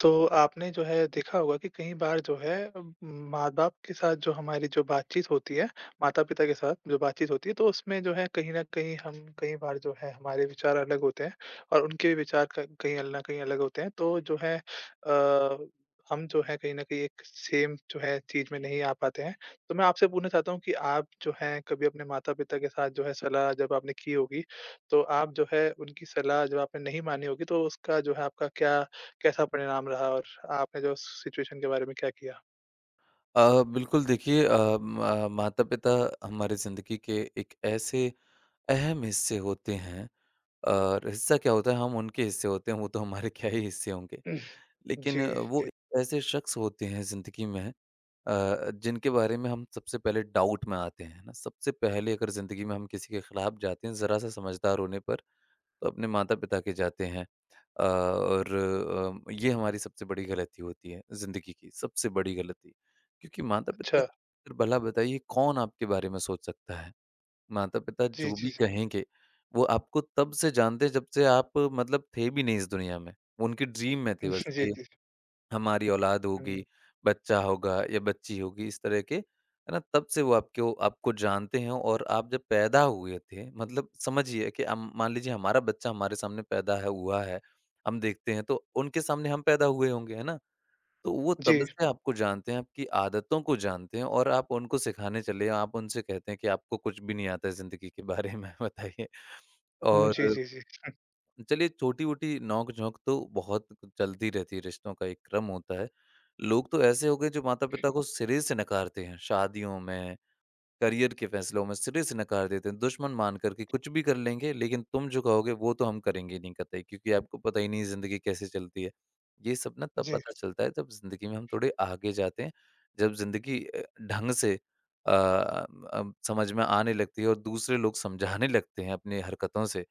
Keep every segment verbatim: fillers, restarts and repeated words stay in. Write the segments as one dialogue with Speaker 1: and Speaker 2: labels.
Speaker 1: तो आपने जो है देखा होगा कि कई बार जो है अम, माँ-बाप के साथ जो हमारी जो बातचीत होती है, माता-पिता के साथ जो बातचीत होती है, तो उसमें जो है कहीं न कहीं हम कई बार जो है हमारे विचार अलग होते हैं और उनके भी विचार क कहीं अल ना कहीं अलग होते हैं। तो जो है अ, हम जो है कहीं न कहीं एक सेम जो है चीज़ में नहीं आ पाते हैं। तो मैं आपसे पूछना चाहता हूँ कि आप जो है कभी अपने माता-पिता के साथ जो है सलाह जब आपने की होगी, तो आप जो है उनकी सलाह जब आपने नहीं मानी होगी, तो उसका जो है आपका क्या कैसा परिणाम रहा और आपने जो सिचुएशन के बारे में क्या किया?
Speaker 2: अ, बिल्कुल देखिए अ, म माता-पिता हमारी ज़िंदगी के एक ऐसे अहम हिस्से होते हैं और हिस्सा क्या होता है हम उनके हिस्से होते हैं, वो तो हमारे क्या ही हिस्से होंगे। लेकिन
Speaker 1: जी,
Speaker 2: अ, वो एक ऐसे शख्स होते हैं ज़िंदगी में, अ, जिनके बारे में हम सबसे पहले डाउट में आते हैं, है ना? सबसे पहले अगर ज़िंदगी में हम किसी के खिलाफ जाते हैं ज़रा-सा समझदार होने पर तो अपने माता-पिता के जाते हैं। अ, और अम, ये हमारी सबसे बड़ी गलती होती है ज़िंदगी की, सबसे बड़ी गलती। क्योंकि माता-पिता
Speaker 1: अच्छा।
Speaker 2: फिर भला बताइए कौन आपके बारे में सोच सकता है? माता-पिता
Speaker 1: जी,
Speaker 2: जो
Speaker 1: जी,
Speaker 2: भी
Speaker 1: जी।
Speaker 2: कहेंगे, वो आपको तब से जानते हैं जब से आप मतलब थे भी नहीं इस दुनिया में। उनकी ड्रीम में थे बस
Speaker 1: जी,
Speaker 2: कि
Speaker 1: जी।
Speaker 2: हमारी औलाद
Speaker 1: हुँ,
Speaker 2: होगी, बच्चा होगा या बच्ची होगी इस तरह के, है ना? तब से वो आपको आपको जानते हैं और आप जब पैदा हुए थे मतलब समझिए कि हम मान लीजिए हमारा बच्चा हमारे सामने पैदा है हुआ है, हम देखते हैं तो उनके सामने हम पैदा हुए होंगे, है ना? तो वो तब
Speaker 1: जी।
Speaker 2: से आपको जानते हैं, आपकी आदतों को जानते हैं और आप उनको सिखाने चले आप उनसे कहते हैं कि आपको कुछ भी नहीं आता है ज़िंदगी के बारे में बताइए।
Speaker 1: हुँ,
Speaker 2: और
Speaker 1: जी, जी, जी।
Speaker 2: चलिए छोटी-वोटी नोक-झोंक तो बहुत चलती रहती है, रिश्तों का एक क्रम होता है। लोग तो ऐसे हो गए जो माता-पिता को सिरे से नकारते हैं, शादियों में, करियर के फैसलों में सिरे से नकार देते हैं, दुश्मन मान कर के कुछ भी कर लेंगे लेकिन तुम जो कहोगे वो तो हम करेंगे ही नहीं कतई क्योंकि आपको पता ही नहीं ज़िंदगी कैसे चलती है। ये सब ना तब
Speaker 1: जी,
Speaker 2: पता चलता है जब ज़िंदगी में हम थोड़े आगे जाते हैं, जब ज़िंदगी अ, ढंग से अ, अब समझ में आने लगती है और दूसरे लोग समझाने लगते हैं अपनी हरकतों से।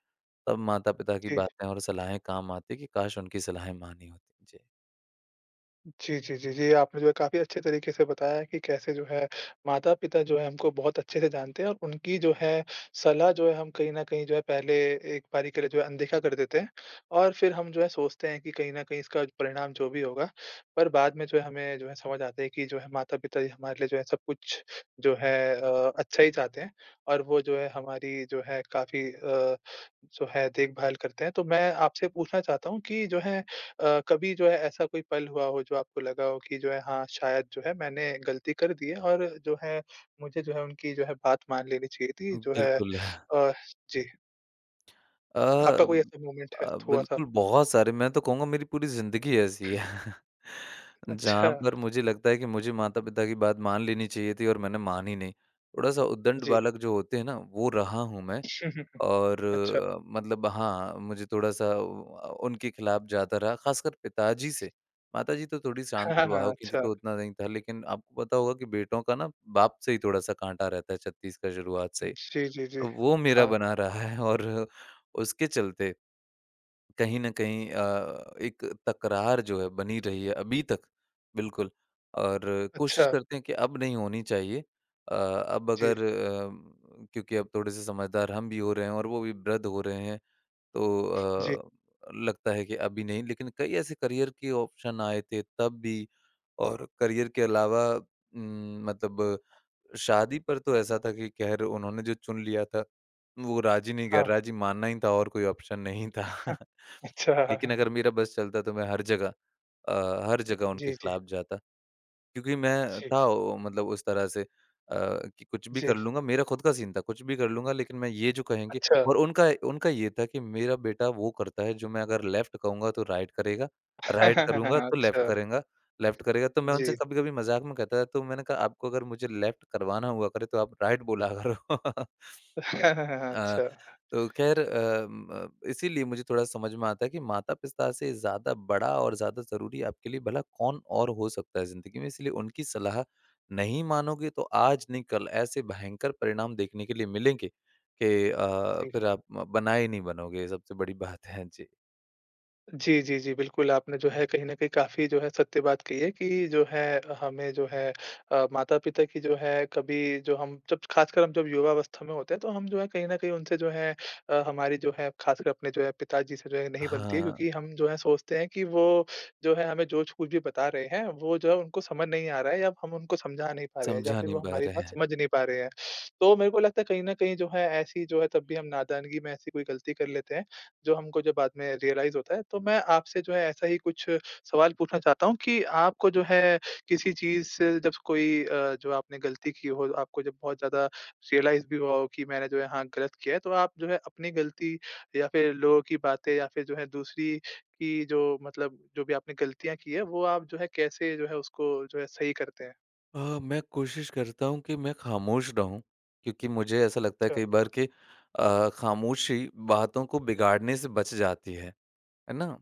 Speaker 2: तब माता-पिता की
Speaker 1: जी।
Speaker 2: बातें और सलाहें काम आती कि काश उनकी सलाहें मानी होती। जी।
Speaker 1: जी, जी, जी, जी। आपने जो है काफ़ी अच्छे तरीके से बताया है कि कैसे जो है माता-पिता जो है हमको बहुत अच्छे से जानते हैं और उनकी जो है सलाह जो है हम कहीं न कहीं जो है पहले एक बारी के लिए जो है अनदेखा कर देते हैं और फिर हम जो है सोचते हैं कि कहीं न कहीं इसका परिणाम जो भी होगा, पर बाद में जो है हमें जो है समझ आता है कि जो है माता-पिता ही हमारे लिए जो है सब कुछ जो है अ, अच्छा ही चाहते हैं और वो जो है हमारी जो है काफ़ी अ जो है देखभाल करते हैं। तो मैं आपसे पूछना चाहता हूँ कि जो है अ, कभी जो है ऐसा कोई पल हुआ हो जो आपको लगा हो कि जो है हाँ, शायद जो है मैंने गलती कर दी है और जो है मुझे जो है उनकी जो है बात मान लेनी चाहिए थी जो है
Speaker 2: बिल्कुल।
Speaker 1: अ, जी,
Speaker 2: अ,
Speaker 1: आपका कोई ऐसा मोमेंट है
Speaker 2: अ,
Speaker 1: हुआ था?
Speaker 2: बिल्कुल बहुत सारे मैं तो कहूँगा मेरी पूरी ज़िंदगी ऐसी है।
Speaker 1: अच्छा,
Speaker 2: जहाँ पर मुझे लगता है कि मुझे माता-पिता की बात मान लेनी चाहिए थी और मैंने मानी नहीं। थोड़ा-सा उद्दंड
Speaker 1: जी।
Speaker 2: बालक जो होते हैं ना, वो रहा हूँ मैं।
Speaker 1: हुँ, हुँ, हुँ।
Speaker 2: और
Speaker 1: अच्छा।
Speaker 2: अ, मतलब हाँ, मुझे थोड़ा-सा अ, उनके खिलाफ जाता रहा, ख़ासकर पिताजी से। माताजी तो थोड़ी शांत
Speaker 1: हाँ, हाँ,
Speaker 2: स्वभाव की थी,
Speaker 1: अच्छा।
Speaker 2: तो उतना नहीं था, लेकिन आपको पता होगा कि बेटों का ना बाप से ही थोड़ा-सा काँटा रहता है, छत्तीस का शुरुआत से ही।
Speaker 1: जी, जी, जी।
Speaker 2: तो वो मेरा
Speaker 1: हाँ,
Speaker 2: बना रहा है और उसके चलते कहीं न कहीं अ, एक तकरार जो है बनी रही है अभी तक, बिल्कुल। और कोशिश
Speaker 1: अच्छा।
Speaker 2: करते हैं कि अब नहीं होनी चाहिए। अ, अब
Speaker 1: जी,
Speaker 2: अगर अ, क्योंकि अब थोड़े-से समझदार हम भी हो रहे हैं और वो भी वृद्ध हो रहे हैं,
Speaker 1: जी।
Speaker 2: तो अ, लगता है कि अभी नहीं। लेकिन कई ऐसे करियर के ऑप्शन आए थे तब भी और करियर के अलावा उम, मतलब शादी पर तो ऐसा था कि ख़ैर उन्होंने जो चुन लिया था, वो राज़ी नहीं
Speaker 1: हाँ,
Speaker 2: गैर-राज़ी मानना ही था और कोई ऑप्शन नहीं था।
Speaker 1: अच्छा।
Speaker 2: लेकिन अगर मेरा बस चलता तो मैं हर जगह अ, हर जगह उनके
Speaker 1: जी, जी।
Speaker 2: खिलाफ जाता क्योंकि मैं
Speaker 1: जी,
Speaker 2: था ओ, मतलब उस तरह से अ, कि कुछ भी कर
Speaker 1: जी।
Speaker 2: लूँगा, मेरा खुद का सीन था, कुछ भी कर लूँगा लेकिन मैं ये जो कहेंगे
Speaker 1: अच्छा।
Speaker 2: और उनका उनका ये था कि मेरा बेटा वो करता है जो मैं अगर लेफ्ट कहूँगा तो राइट करेगा, राइट करूँगा तो लेफ्ट
Speaker 1: अच्छा।
Speaker 2: करेगा, लेफ्ट करेगा तो मैं उनसे
Speaker 1: जी।
Speaker 2: कभी-कभी मज़ाक में कहता था तो मैंने कहा आपको अगर मुझे लेफ्ट करवाना हुआ करे तो आप राइट बोला करो। हाँ,
Speaker 1: अच्छा।
Speaker 2: तो ख़ैर अम, अ, इसीलिए मुझे थोड़ा समझ में आता है कि माता-पिता से ज़्यादा बड़ा और ज़्यादा ज़रूरी आपके लिए भला कौन और हो सकता है ज़िंदगी में, इसलिए उनकी सलाह नहीं मानोगे तो आज नहीं कल ऐसे भयंकर परिणाम देखने के लिए मिलेंगे कि अ,
Speaker 1: ठीक।
Speaker 2: फिर आप म बनाए नहीं बनोगे, सबसे बड़ी बात है। जी।
Speaker 1: जी, जी, जी, बिल्कुल आपने जो है कहीं न कहीं काफ़ी जो है सत्य बात कही है कि जो है हमें जो है अ, माता-पिता की जो है कभी जो हम जब ख़ासकर हम जब युवावस्था में होते हैं तो हम जो है कहीं न कहीं उनसे जो है अ, हमारी जो है ख़ासकर अपने जो है पिताजी से जो है नहीं बनती है
Speaker 2: हाँ,
Speaker 1: क्योंकि हम जो है सोचते हैं कि वो जो है हमें जो कुछ भी बता रहे हैं वो जो है उनको समझ नहीं आ रहा है या हम उनको समझा नहीं पा रहे हैं या
Speaker 2: समझा
Speaker 1: फ़िर
Speaker 2: नहीं
Speaker 1: वो
Speaker 2: पा
Speaker 1: हमारी
Speaker 2: रहे
Speaker 1: बात
Speaker 2: हैं।
Speaker 1: समझ नहीं पा रहे हैं। तो मेरे को लगता है कहीं न कहीं जो है ऐसी जो है तब भी हम नादानगी में ऐसी कोई गलती कर लेते हैं जो हमको जब बाद में रियलाइज़ होता है, तो मैं आपसे जो है ऐसा ही कुछ सवाल पूछना चाहता हूँ कि आपको जो है किसी चीज़ से जब कोई अ, जो आपने गलती की हो, आपको जब बहुत ज़्यादा रियलाइज़ भी हुआ हो कि मैंने जो है हाँ, गलत किया है, तो आप जो है अपनी गलती या फिर लोगों की बातें या फिर जो है दूसरी की जो मतलब जो भी आपने गलतियाँ की है, वो आप जो है कैसे जो है उसको जो है सही करते हैं?
Speaker 2: अ, मैं कोशिश करता हूँ कि मैं खामोश रहूँ, क्योंकि मुझे ऐसा लगता है
Speaker 1: अच्छा,
Speaker 2: कई बार कि अ, खामोशी बातों को बिगाड़ने से बच जाती है। है ना?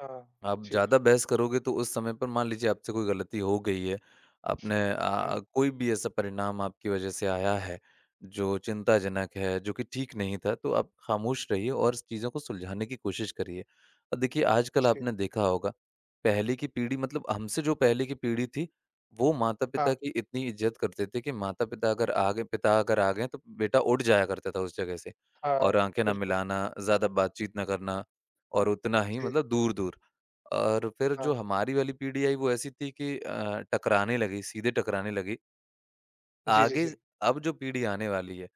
Speaker 1: हाँ,
Speaker 2: आप
Speaker 1: जी।
Speaker 2: ज़्यादा बहस करोगे तो उस समय पर मान लीजिए आपसे कोई गलती हो गई है, आपने
Speaker 1: हुँ,
Speaker 2: अ, कोई भी ऐसा परिणाम आपकी वजह से आया है, जो चिंताजनक है, जो कि ठीक नहीं था, तो आप खामोश रहिए और इस चीज़ों को सुलझाने की कोशिश करिए। अ, देखिए आजकल
Speaker 1: जी।
Speaker 2: आपने देखा होगा, पहले की पीढ़ी मतलब हमसे जो पहले की पीढ़ी थी, वो
Speaker 1: हाँ,
Speaker 2: माता-पिता की इतनी इज़्ज़त करते थे कि माता-पिता अगर आ गए पिता अगर आ गए तो बेटा उठ जाया करता था उस जगह से
Speaker 1: हाँ,
Speaker 2: और आँखें ना
Speaker 1: बिल्कुल।
Speaker 2: मिलाना, ज़्यादा बातचीत ना करना और उतना ही
Speaker 1: जी,
Speaker 2: मतलब दूर-दूर। और फिर जो
Speaker 1: हाँ।
Speaker 2: हमारी वाली पीढ़ी आई वो ऐसी थी कि अ, टकराने लगी, सीधे टकराने लगी।
Speaker 1: जी, जी,
Speaker 2: आगे
Speaker 1: जी।
Speaker 2: अब जो पीढ़ी आने वाली है,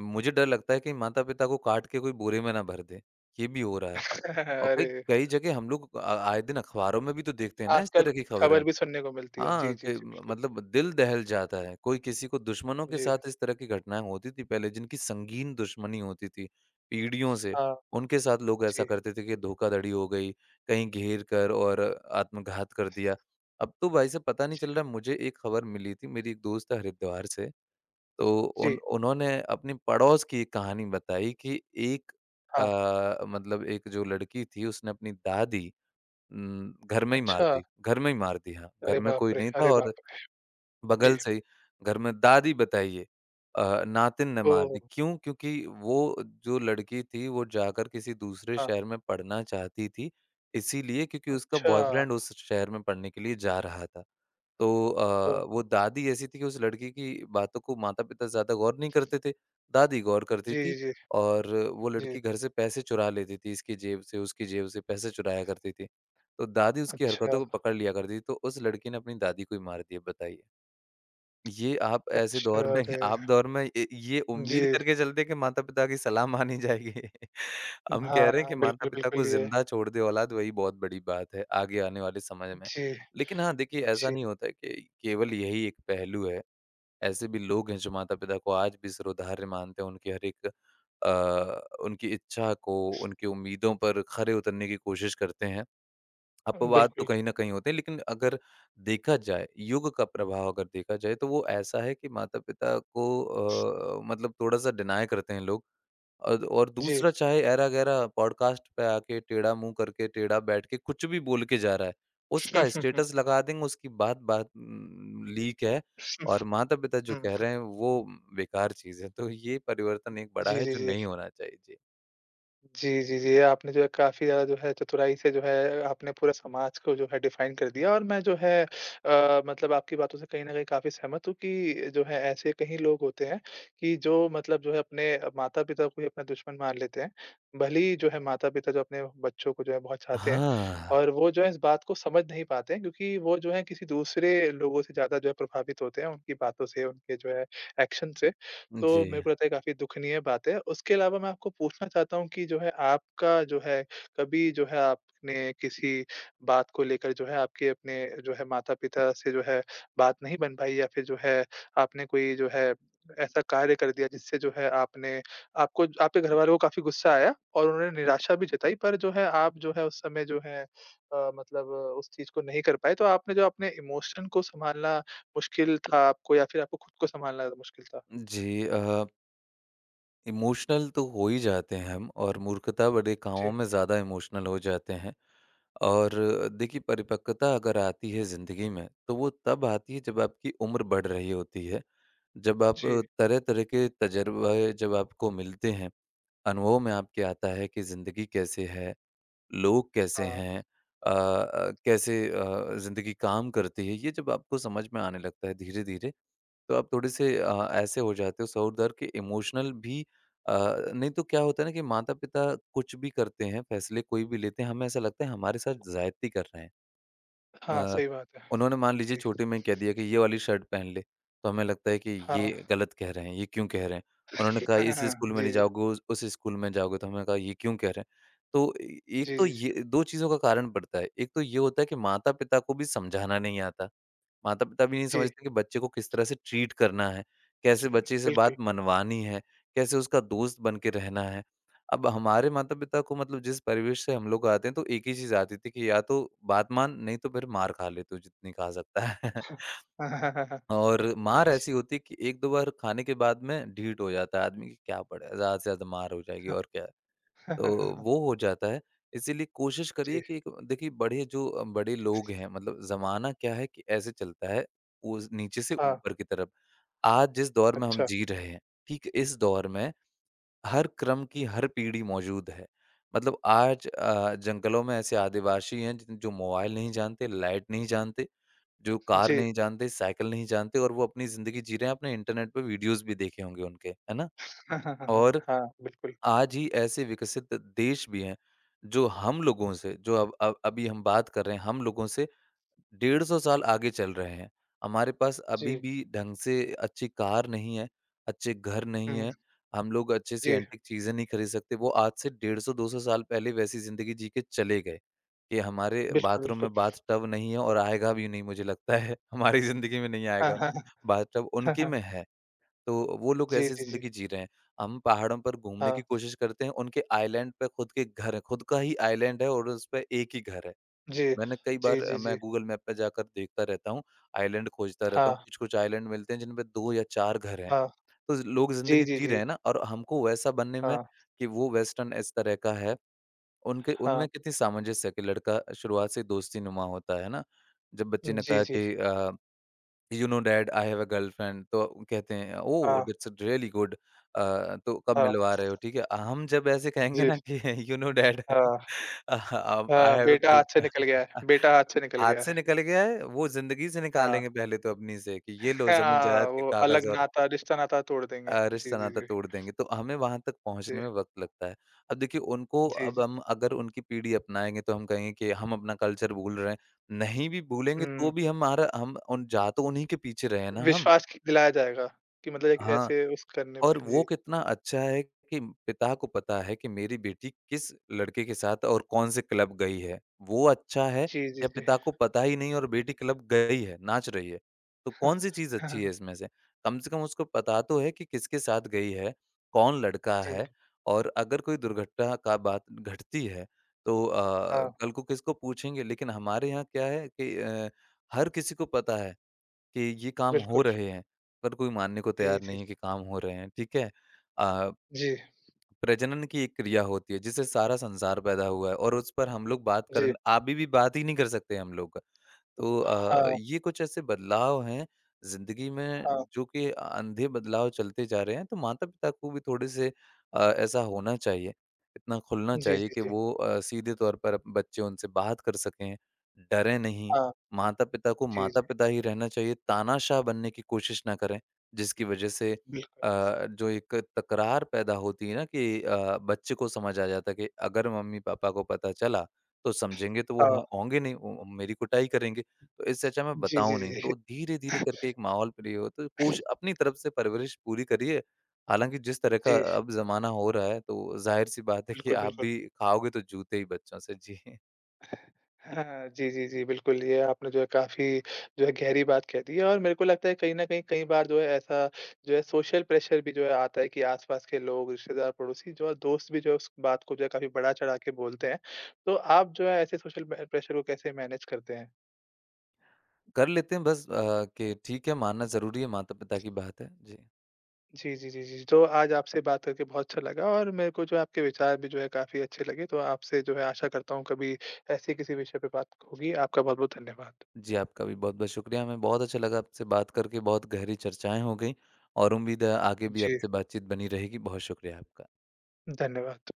Speaker 2: मुझे डर लगता है कि माता-पिता को काट के कोई बोरे में ना भर दे, ये भी हो रहा है। और कई
Speaker 1: अरे!
Speaker 2: कई जगह हम लोग अ, आए दिन अखबारों में भी तो देखते हैं ना इस
Speaker 1: आजकल
Speaker 2: तरह की खबरें।
Speaker 1: खबर भी सुनने को मिलती है। जी,
Speaker 2: हाँ,
Speaker 1: जी,
Speaker 2: कि
Speaker 1: जी,
Speaker 2: म
Speaker 1: बिल्कुल।
Speaker 2: मतलब दिल दहल जाता है। कोई किसी को दुश्मनों के
Speaker 1: जी,
Speaker 2: साथ इस तरह की घटनाएँ होती थी पहले जिनकी संगीन दुश्मनी होती थी, पीढ़ियों से।
Speaker 1: हाँ,
Speaker 2: उनके साथ लोग ऐसा
Speaker 1: जी,
Speaker 2: करते थे कि धोखाधड़ी हो गई, कहीं घेर कर और आत्मघात कर दिया। अब तो भाई साहब पता नहीं
Speaker 1: जी,
Speaker 2: चल रहा मुझे एक खबर मिली थी, मेरी एक दोस्त है हरिद्वार से, तो उन
Speaker 1: जी,
Speaker 2: उन्होंने अपने पड़ोस की एक कहानी बताई कि एक
Speaker 1: हाँ।
Speaker 2: अ, मतलब एक जो लड़की थी उसने अपनी दादी उम, घर में ही मार
Speaker 1: अच्छा!
Speaker 2: दी। घर में ही मार दी हाँ, घर
Speaker 1: अरे
Speaker 2: में
Speaker 1: बाप
Speaker 2: कोई
Speaker 1: रे!
Speaker 2: नहीं था
Speaker 1: अरे
Speaker 2: और
Speaker 1: बाप रे!
Speaker 2: बगल
Speaker 1: जी।
Speaker 2: से ही घर में दादी बताइए, अ, नातिन ने मार
Speaker 1: ओह!
Speaker 2: दी। क्यों? क्योंकि वो जो लड़की थी वो जाकर किसी दूसरे
Speaker 1: हाँ,
Speaker 2: शहर में पढ़ना चाहती थी, इसीलिए क्योंकि उसका
Speaker 1: अच्छा।
Speaker 2: बॉयफ्रेंड उस शहर में पढ़ने के लिए जा रहा था। तो
Speaker 1: ओह!
Speaker 2: अ, वो दादी ऐसी थी कि उस लड़की की बातों को माता-पिता ज़्यादा गौर नहीं करते थे, दादी गौर करती
Speaker 1: जी, जी,
Speaker 2: थी
Speaker 1: जी,
Speaker 2: और वो
Speaker 1: जी।
Speaker 2: लड़की घर से पैसे चुरा लेती थी, इसकी जेब से, उसकी जेब से पैसे चुराया करती थी। तो दादी उसकी
Speaker 1: अच्छा,
Speaker 2: हरकतों को पकड़ लिया करती थी, तो उस लड़की ने अपनी दादी को ही मार दिया, बताइए। ये आप ऐसे
Speaker 1: अच्छा,
Speaker 2: दौर में
Speaker 1: अरे!
Speaker 2: आप दौर में ये ये उम्मीद
Speaker 1: जी,
Speaker 2: करके चलते कि माता-पिता की सलाह मानी जाएगी। हम कह रहे हैं कि
Speaker 1: हाँ, बिल्कुल,
Speaker 2: माता-पिता को
Speaker 1: बिल्कुल ये
Speaker 2: ज़िंदा छोड़ दे औलाद वही बहुत बड़ी बात है, आगे आने वाले समय में।
Speaker 1: जी,
Speaker 2: लेकिन हाँ, देखिए ऐसा
Speaker 1: जी,
Speaker 2: नहीं होता है कि केवल यही एक पहलू है। ऐसे भी लोग हैं जो माता-पिता को आज भी सिरोधार्य मानते हैं, उनकी हर एक अ, उनकी इच्छा को, उनकी उम्मीदों पर खरे उतरने की कोशिश करते हैं। अपवाद तो
Speaker 1: बिल्कुल,
Speaker 2: कहीं न कहीं होते हैं, लेकिन अगर देखा जाए, युग का प्रभाव अगर देखा जाए, तो वो ऐसा है कि माता-पिता को अ, मतलब थोड़ा-सा डिनाय करते हैं लोग और और
Speaker 1: जी।
Speaker 2: दूसरा चाहे ऐरा-गैरा पॉडकास्ट पे आके टेढ़ा मुँह करके, टेढ़ा बैठ के कुछ भी बोल के जा रहा है,
Speaker 1: हुँ,
Speaker 2: उसका
Speaker 1: हुँ, हुँ,
Speaker 2: स्टेटस लगा देंगे, उसकी बात-बात उम, लीक है और माता-पिता जो कह
Speaker 1: हुँ।
Speaker 2: रहे हैं, वो बेकार चीज़ है। तो ये परिवर्तन एक बड़ा
Speaker 1: जी,
Speaker 2: है,
Speaker 1: जी,
Speaker 2: जो
Speaker 1: जी।
Speaker 2: नहीं होना चाहिए। जी।
Speaker 1: जी, जी, जी। आपने जो है काफ़ी ज़्यादा जो है चतुराई से जो है आपने पूरा समाज को जो है डिफ़ाइन कर दिया और मैं जो है अ, मतलब आपकी बातों से कहीं न कहीं काफ़ी सहमत हूँ कि जो है ऐसे कहीं लोग होते हैं कि जो मतलब जो है अपने माता-पिता को ही अपना दुश्मन मान लेते हैं। भले ही जो है माता-पिता जो अपने बच्चों को जो है बहुत चाहते हैं
Speaker 2: हाँ।
Speaker 1: और वो जो है इस बात को समझ नहीं पाते हैं क्योंकि वो जो है किसी दूसरे लोगों से ज़्यादा जो है प्रभावित होते हैं उनकी बातों से, उनके जो है एक्शन से। तो
Speaker 2: जी।
Speaker 1: मेरे को लगता है काफ़ी दुखनीय बात है। उसके अलावा मैं आपको पूछना चाहता हूँ कि जो है आपका जो है कभी जो है आपने किसी बात को लेकर जो है आपके अपने जो है माता-पिता से जो है बात नहीं बन पाई या फिर जो है आपने कोई जो है ऐसा कार्य कर दिया जिससे जो है आपने आपको आपके घरवालों को काफ़ी गुस्सा आया और उन्होंने निराशा भी जताई पर जो है आप जो है उस समय जो है अ, मतलब अ, उस चीज़ को नहीं कर पाए। तो आपने जो अपने इमोशन को सँभालना मुश्किल था आपको या फिर आपको खुद को सँभालना मुश्किल था?
Speaker 2: जी अ इमोशनल तो हो ही जाते हैं हम और मूर्खता बड़े कामों
Speaker 1: जी।
Speaker 2: में ज़्यादा इमोशनल हो जाते हैं और देखिए परिपक्वता अगर आती है ज़िंदगी में तो वो तब आती है जब आपकी उम्र बढ़ रही होती है, जब आप
Speaker 1: जी,
Speaker 2: तरह तरह के तजर्बे जब आपको मिलते हैं, अनुभव में आपके आता है कि ज़िंदगी कैसे है, लोग कैसे
Speaker 1: हाँ।
Speaker 2: हैं, अ, अ, कैसे ज़िंदगी काम करती है ये जब आपको समझ में आने लगता है धीरे धीरे, तो आप थोड़े से अ, ऐसे हो जाते हो सहोदर कि इमोशनल भी अ, नहीं तो क्या होता है ना कि माता-पिता कुछ भी करते हैं, फैसले कोई भी लेते हैं, हमें ऐसा लगता है हमारे साथ ज़्यादती कर रहे हैं।
Speaker 1: हाँ,
Speaker 2: अ,
Speaker 1: सही बात है।
Speaker 2: उन्होंने मान लीजिए
Speaker 1: जी,
Speaker 2: छोटे में कह दिया कि ये वाली शर्ट पहन ले, तो हमें लगता है कि ये
Speaker 1: हाँ।
Speaker 2: गलत कह रहे हैं, ये क्यों कह रहे हैं? उन्होंने कहा
Speaker 1: ए
Speaker 2: इस स्कूल में नहीं
Speaker 1: जी,
Speaker 2: जाओगे, उस उस स्कूल में जाओगे, तो हमने कहा ये क्यों कह रहे हैं? तो ए एक
Speaker 1: जी,
Speaker 2: तो
Speaker 1: जी, जी।
Speaker 2: ये दो चीज़ों का कारण पड़ता है। एक तो ये होता है कि माता-पिता को भी समझाना नहीं आता। माता-पिता भी नहीं
Speaker 1: जी,
Speaker 2: समझते कि बच्चे को किस तरह से ट्रीट करना है, कैसे बच्चे से
Speaker 1: बिल्कुल।
Speaker 2: बात मनवानी है, कैसे उसका दोस्त बन के रहना है। अब हमारे माता-पिता को मतलब जिस परिवेश से हम लोग आते हैं, तो एक ही चीज़ आती थी कि या तो बात मान, नहीं तो फिर मार खा ले तू जितनी खा सकता है। और मार ऐसी होती है कि एक दो बार खाने के बाद में ढीठ हो जाता है आदमी कि क्या पड़े, ज़्यादा से ज़्यादा मार हो जाएगी और क्या। तो वो हो जाता है। इसीलिए कोशिश करिए
Speaker 1: जी,
Speaker 2: कि एक देखिए बड़े जो अ, बड़े लोग हैं मतलब ज़माना क्या है कि ऐसे चलता है, उस नीचे से
Speaker 1: हाँ,
Speaker 2: ऊपर की तरफ। आज जिस दौर में हम
Speaker 1: अच्छा।
Speaker 2: जी रहे हैं, ठीक इस दौर में हर क्रम की हर पीढ़ी मौजूद है। मतलब आज अ, जंगलों में ऐसे आदिवासी हैं जिन जो मोबाइल नहीं जानते, लाइट नहीं जानते, जो कार
Speaker 1: जी।
Speaker 2: नहीं जानते, साइकिल नहीं जानते और वो अपनी ज़िंदगी जी रहे हैं। आपने इंटरनेट पे वीडियोज़ भी देखे होंगे उनके, है ना? और
Speaker 1: हाँ, बिल्कुल।
Speaker 2: आज ही ऐसे विकसित देश भी हैं, जो हम लोगों से जो अब अब अभी हम बात कर रहे हैं, हम लोगों से डेढ़ सौ साल आगे चल रहे हैं। हमारे पास अभी
Speaker 1: जी,
Speaker 2: भी ढंग से अच्छी कार नहीं है, अच्छे घर नहीं
Speaker 1: हुँ,
Speaker 2: है, हम लोग अच्छे से
Speaker 1: जी,
Speaker 2: एंटीक चीज़ें नहीं खरीद सकते। वो आज से डेढ़ सौ दो सौ साल पहले वैसी ज़िंदगी जी के चले गए, कि हमारे
Speaker 1: बिल्कुल,
Speaker 2: बाथरूम
Speaker 1: बिल्कुल।
Speaker 2: में बाथ टब नहीं है और आएगा भी नहीं मुझे लगता है, हमारी ज़िंदगी में नहीं आएगा। बाथ टब
Speaker 1: हाँ
Speaker 2: उनके
Speaker 1: हाँ
Speaker 2: में है। तो वो लोग
Speaker 1: जी,
Speaker 2: ऐसी
Speaker 1: जी, जी,
Speaker 2: ज़िंदगी जी रहे हैं। हम पहाड़ों पर घूमने
Speaker 1: हाँ,
Speaker 2: की कोशिश करते हैं, उनके आइलैंड पे खुद के घर है, खुद का ही आइलैंड है और उसपे एक ही घर है।
Speaker 1: जी।
Speaker 2: मैंने कई
Speaker 1: जी,
Speaker 2: बार अ,
Speaker 1: जी,
Speaker 2: मैं
Speaker 1: जी,
Speaker 2: गूगल मैप पे जाकर देखता रहता हूँ, आइलैंड खोजता रहता
Speaker 1: हाँ,
Speaker 2: हूँ, कुछ-कुछ आइलैंड मिलते हैं जिनमें दो या चार घर हैं।
Speaker 1: हाँ।
Speaker 2: तो लोग
Speaker 1: जी,
Speaker 2: ज़िंदगी
Speaker 1: जी,
Speaker 2: जी रहे
Speaker 1: जी,
Speaker 2: हैं ना और हमको वैसा बनने में
Speaker 1: हाँ,
Speaker 2: कि वो वेस्टर्न इस तरह का है, उनके
Speaker 1: हाँ।
Speaker 2: उनमें कितनी सामंजस्य है कि लड़का शुरुआत से दोस्ती नुमा होता है ना? जब बच्चे ने
Speaker 1: जी,
Speaker 2: कहा
Speaker 1: जी,
Speaker 2: कि uh you know dad I have a girlfriend तो कहते हैं ओह
Speaker 1: हाँ,
Speaker 2: दैट्स रियली गुड तो कब
Speaker 1: हाँ,
Speaker 2: मिलवा रहे हो ठीक है हम जब ऐसे कहेंगे
Speaker 1: जी,
Speaker 2: ना कि यू नो डैड
Speaker 1: हाँ,
Speaker 2: आई
Speaker 1: हाँ,
Speaker 2: हैव अ
Speaker 1: बेटा हाथ
Speaker 2: गर्ल
Speaker 1: से निकल गया है बेटा हाथ से निकल
Speaker 2: हाथ
Speaker 1: गया
Speaker 2: से
Speaker 1: है।
Speaker 2: निकल गया है वो जिंदगी से
Speaker 1: हाँ।
Speaker 2: निकालेंगे पहले तो अपनी से कि ये लो जमीन
Speaker 1: हाँ,
Speaker 2: जायदाद के
Speaker 1: वो अलग
Speaker 2: कागज और
Speaker 1: नाता रिश्ता नाता तोड़ देंगे।
Speaker 2: अ,
Speaker 1: जी,
Speaker 2: रिश्ता
Speaker 1: जी,
Speaker 2: नाता
Speaker 1: जी।
Speaker 2: तोड़ देंगे तो हमें वहां तक
Speaker 1: जी,
Speaker 2: पहुंचने में वक्त लगता है अब देखिए उनको
Speaker 1: जी,
Speaker 2: अब
Speaker 1: जी।
Speaker 2: हम अगर उनकी पीढ़ी अपनाएंगे तो हम कहेंगे कि हम अपना कल्चर भूल रहे हैं नहीं भी भूलेंगे तो
Speaker 1: हुँ,
Speaker 2: भी हमारा हम उन जा तो उन्हीं के पीछे रहे हैं ना हम।
Speaker 1: विश्वास क दिलाया जाएगा कि मतलब एक
Speaker 2: हाँ,
Speaker 1: ऐसे उस करने
Speaker 2: और
Speaker 1: पे
Speaker 2: वो
Speaker 1: जी।
Speaker 2: कितना अच्छा है कि पिता को पता है कि मेरी बेटी किस लड़के के साथ और कौन-से क्लब गई है। वो अच्छा है
Speaker 1: जी, जी,
Speaker 2: या
Speaker 1: जी।
Speaker 2: पिता को पता ही नहीं और बेटी क्लब गई है, नाच रही है। तो कौन-सी चीज़
Speaker 1: हाँ,
Speaker 2: अच्छी है
Speaker 1: हाँ,
Speaker 2: इसमें से? कम से कम उसको पता तो है कि किसके साथ गई है, कौन लड़का
Speaker 1: जी,
Speaker 2: है और अगर कोई दुर्घटना का बात घटती है तो अ,
Speaker 1: हाँ,
Speaker 2: कल को किसको पूछेंगे? लेकिन हमारे यहाँ क्या है कि अ, हर किसी को पता है। कि ये काम हो
Speaker 1: बिल्कुल।
Speaker 2: रहे हैं, पर कोई मानने को
Speaker 1: जी,
Speaker 2: तैयार
Speaker 1: जी,
Speaker 2: नहीं है कि काम हो रहे हैं, ठीक है? अ,
Speaker 1: जी,
Speaker 2: प्रजनन की एक क्रिया होती है जिससे सारा संसार पैदा हुआ है और उस पर हम लोग बात
Speaker 1: जी।
Speaker 2: करन अभी भी बात ही नहीं कर सकते हम लोग। तो अ,
Speaker 1: हाँ,
Speaker 2: ये कुछ ऐसे बदलाव हैं ज़िंदगी में
Speaker 1: हाँ।
Speaker 2: जो कि अंधे बदलाव चलते जा रहे हैं, तो माता-पिता को भी थोड़े से अ, ऐसा होना चाहिए, इतना खुलना
Speaker 1: जी,
Speaker 2: चाहिए
Speaker 1: जी,
Speaker 2: कि
Speaker 1: जी।
Speaker 2: वो अ, सीधे तौर पर अप बच्चे उनसे बात कर सकें, डरें नहीं।
Speaker 1: हाँ,
Speaker 2: माता-पिता को
Speaker 1: जी, जी,
Speaker 2: माता-पिता ही रहना चाहिए, तानाशाह बनने की कोशिश ना करें, जिसकी वजह से
Speaker 1: बिल्कुल।
Speaker 2: अ, जो एक तकरार पैदा होती है ना कि अ, बच्चे को समझ आ जाता है कि अगर मम्मी-पापा को पता चला, तो समझेंगे तो वो
Speaker 1: हाँ,
Speaker 2: ह होंगे नहीं, वो मेरी कुटाई करेंगे। तो इससे अच्छा मैं
Speaker 1: जी, जी,
Speaker 2: बताऊँ नहीं। तो
Speaker 1: जी,
Speaker 2: धीरे-धीरे करके एक माहौल प्रिय हो, तो कोश अपनी तरफ से परवरिश पूरी करिए। हालाँकि जिस तरह का
Speaker 1: जी,
Speaker 2: अब ज़माना हो रहा है, तो ज़ाहिर-सी बात है कि
Speaker 1: बिल्कुल,
Speaker 2: आप
Speaker 1: बिल्कुल।
Speaker 2: भी खाओगे तो जूते ही बच्चों से। जी।
Speaker 1: हाँ, जी, जी, जी, बिल्कुल, ये आपने जो है काफ़ी जो है गहरी बात कह दी है और मेरे को लगता है कहीं न कहीं कई बार जो है ऐसा जो है सोशल प्रेशर भी जो है आता है कि आस-पास के लोग, रिश्तेदार, पड़ोसी जो है दोस्त भी जो है उस बात को जो है काफ़ी बढ़ा-चढ़ा के बोलते हैं। तो आप जो है ऐसे सोशल प्रे प्रेशर को कैसे मैनेज करते हैं?
Speaker 2: कर लेते हैं बस अ, कि ठीक है, मानना ज़रूरी है, माता-पिता की बात है। जी।
Speaker 1: जी, जी, जी, जी, तो आज आपसे बात करके बहुत अच्छा लगा और मेरे को जो है आपके विचार भी जो है काफ़ी अच्छे लगे, तो आपसे जो है आशा करता हूँ कभी ऐसे किसी विषय पे बात होगी। आपका बहुत-बहुत धन्यवाद।
Speaker 2: जी, आपका भी बहुत-बहुत शुक्रिया। हमें बहुत अच्छा लगा आपसे बात करके, बहुत गहरी चर्चाएँ हो गईं और उम्मीद है आगे भी
Speaker 1: जी,
Speaker 2: आपसे बातचीत बनी रहेगी। बहुत शुक्रिया आपका।
Speaker 1: धन्यवाद।